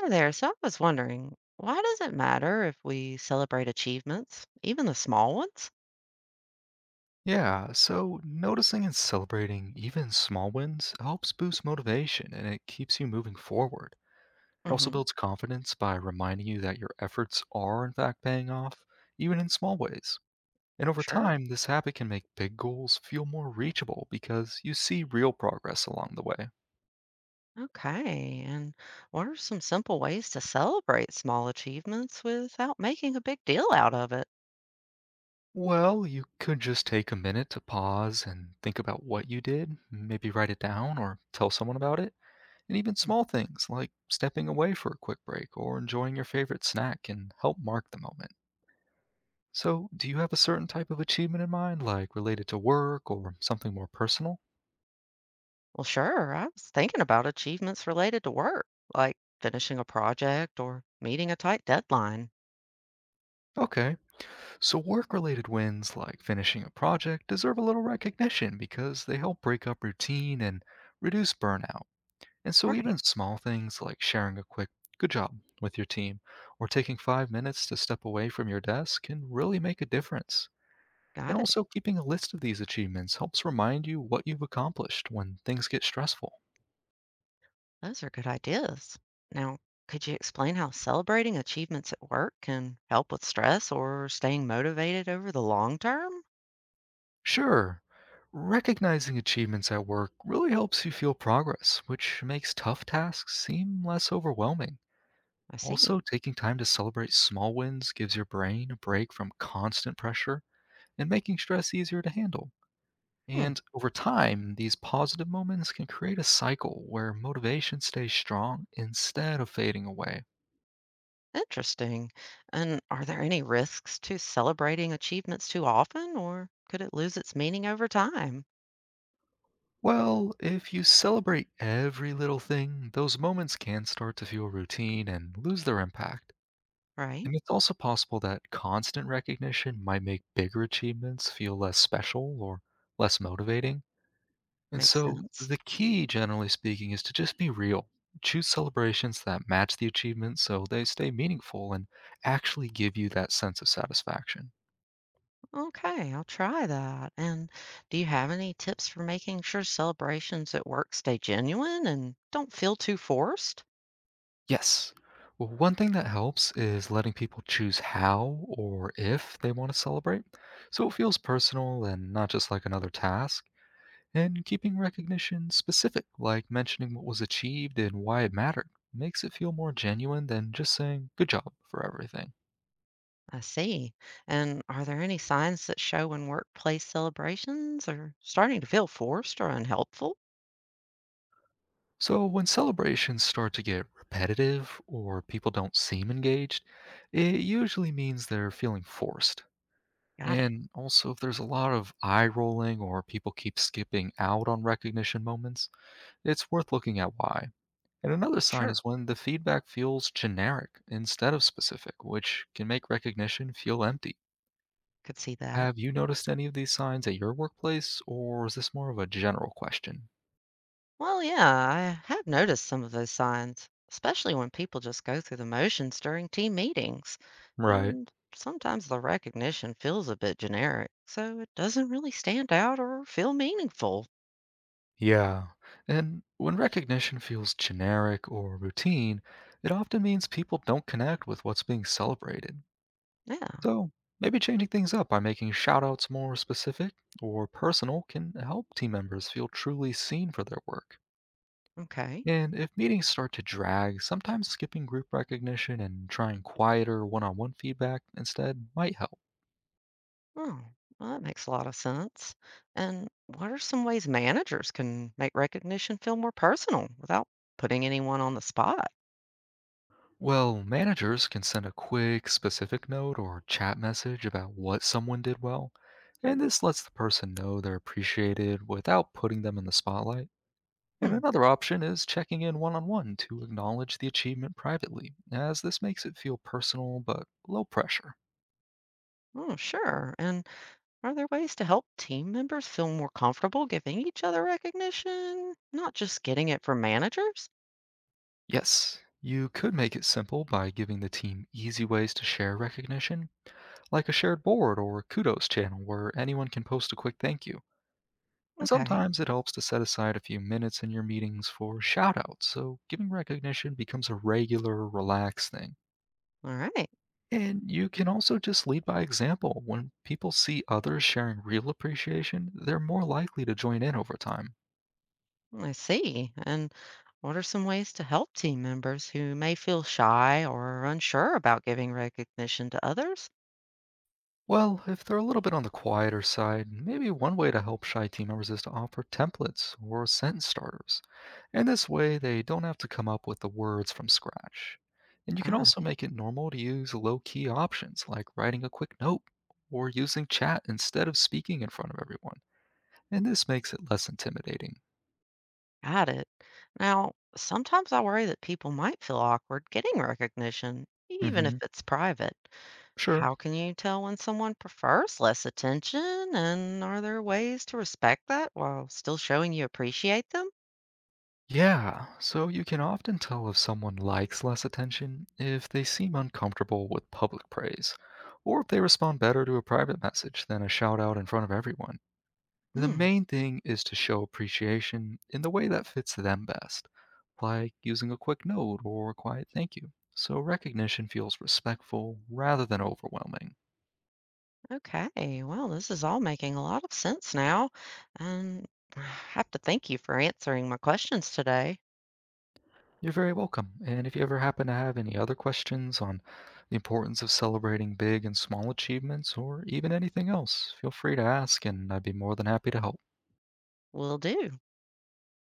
Hi there. So I was wondering, why does it matter if we celebrate achievements, even the small ones? Yeah, so noticing and celebrating even small wins helps boost motivation and it keeps you moving forward. It also Hmm. builds confidence by reminding you that your efforts are, in fact, paying off, even in small ways. And over Sure. time, this habit can make big goals feel more reachable because you see real progress along the way. Okay. And what are some simple ways to celebrate small achievements without making a big deal out of it? Well, you could just take a minute to pause and think about what you did, maybe write it down or tell someone about it. And even Mm. small things like stepping away for a quick break or enjoying your favorite snack can help mark the moment. So, do you have a certain type of achievement in mind, like related to work or something more personal? Well, sure. I was thinking about achievements related to work, like finishing a project or meeting a tight deadline. Okay, so work related wins like finishing a project deserve a little recognition because they help break up routine and reduce burnout. And so, Right. even small things like sharing a quick good job with your team or taking 5 minutes to step away from your desk can really make a difference. And Got it. also, keeping a list of these achievements helps remind you what you've accomplished when things get stressful. Those are good ideas. Now, could you explain how celebrating achievements at work can help with stress or staying motivated over the long term? Sure, recognizing achievements at work really helps you feel progress, which makes tough tasks seem less overwhelming. I see. Also, taking time to celebrate small wins gives your brain a break from constant pressure and making stress easier to handle. Hmm, And over time, these positive moments can create a cycle where motivation stays strong instead of fading away. interesting. And are there any risks to celebrating achievements too often, or could it lose its meaning over time? Well, if you celebrate every little thing, those moments can start to feel routine and lose their impact. Right? And it's also possible that constant recognition might make bigger achievements feel less special or less motivating. And Makes so, sense. the key, generally speaking, is to just be real. Choose celebrations that match the achievement so they stay meaningful and actually give you that sense of satisfaction. Okay, I'll try that. And do you have any tips for making sure celebrations at work stay genuine and don't feel too forced? Yes. Well, one thing that helps is letting people choose how or if they want to celebrate, so it feels personal and not just like another task, and keeping recognition specific, like mentioning what was achieved and why it mattered, makes it feel more genuine than just saying good job for everything. I see. And are there any signs that show when workplace celebrations are starting to feel forced or unhelpful? So, when celebrations start to get repetitive or people don't seem engaged, it usually means they're feeling forced. Got it. And also, if there's a lot of eye rolling or people keep skipping out on recognition moments, it's worth looking at why. And another sign Sure. is when the feedback feels generic instead of specific, which can make recognition feel empty. Could see that. Have you noticed any of these signs at your workplace, or is this more of a general question? Well, yeah, I have noticed some of those signs, especially when people just go through the motions during team meetings. Right. And sometimes the recognition feels a bit generic, so it doesn't really stand out or feel meaningful. Yeah. And when recognition feels generic or routine, it often means people don't connect with what's being celebrated. Yeah, So, maybe changing things up by making shoutouts more specific or personal can help team members feel truly seen for their work. okay. And if meetings start to drag, sometimes skipping group recognition and trying quieter one on one feedback instead might help. Oh, well, that makes a lot of sense. And what are some ways managers can make recognition feel more personal without putting anyone on the spot? Well, managers can send a quick, specific note or chat message about what someone did well, and this lets the person know they're appreciated without putting them in the spotlight. And Hmm. another option is checking in one on one to acknowledge the achievement privately, as this makes it feel personal but low pressure. Oh, sure. And are there ways to help team members feel more comfortable giving each other recognition, not just getting it from managers? Yes, you could make it simple by giving the team easy ways to share recognition, like a shared board or a kudos channel where anyone can post a quick thank you. And Okay. sometimes it helps to set aside a few minutes in your meetings for shout outs, so giving recognition becomes a regular, relaxed thing. All right. And you can also just lead by example. When people see others sharing real appreciation, they're more likely to join in over time. I see. And what are some ways to help team members who may feel shy or unsure about giving recognition to others? Well, if they're a little bit on the quieter side, maybe one way to help shy team members is to offer templates or sentence starters. And this way, they don't have to come up with the words from scratch. And you can also make it normal to use low key options like writing a quick note or using chat instead of speaking in front of everyone. And this makes it less intimidating. Got it. Now, sometimes I worry that people might feel awkward getting recognition, even if Hmm. it's private. Sure. How can you tell when someone prefers less attention? And are there ways to respect that while still showing you appreciate them? Yeah, so you can often tell if someone likes less attention if they seem uncomfortable with public praise, or if they respond better to a private message than a shout out in front of everyone. The Hmm. main thing is to show appreciation in the way that fits them best, like using a quick note or a quiet thank you, so recognition feels respectful rather than overwhelming. Okay. Well, this is all making a lot of sense now. And I have to thank you for answering my questions today. You're very welcome. And if you ever happen to have any other questions on the importance of celebrating big and small achievements, or even anything else, feel free to ask, and I'd be more than happy to help. Will do.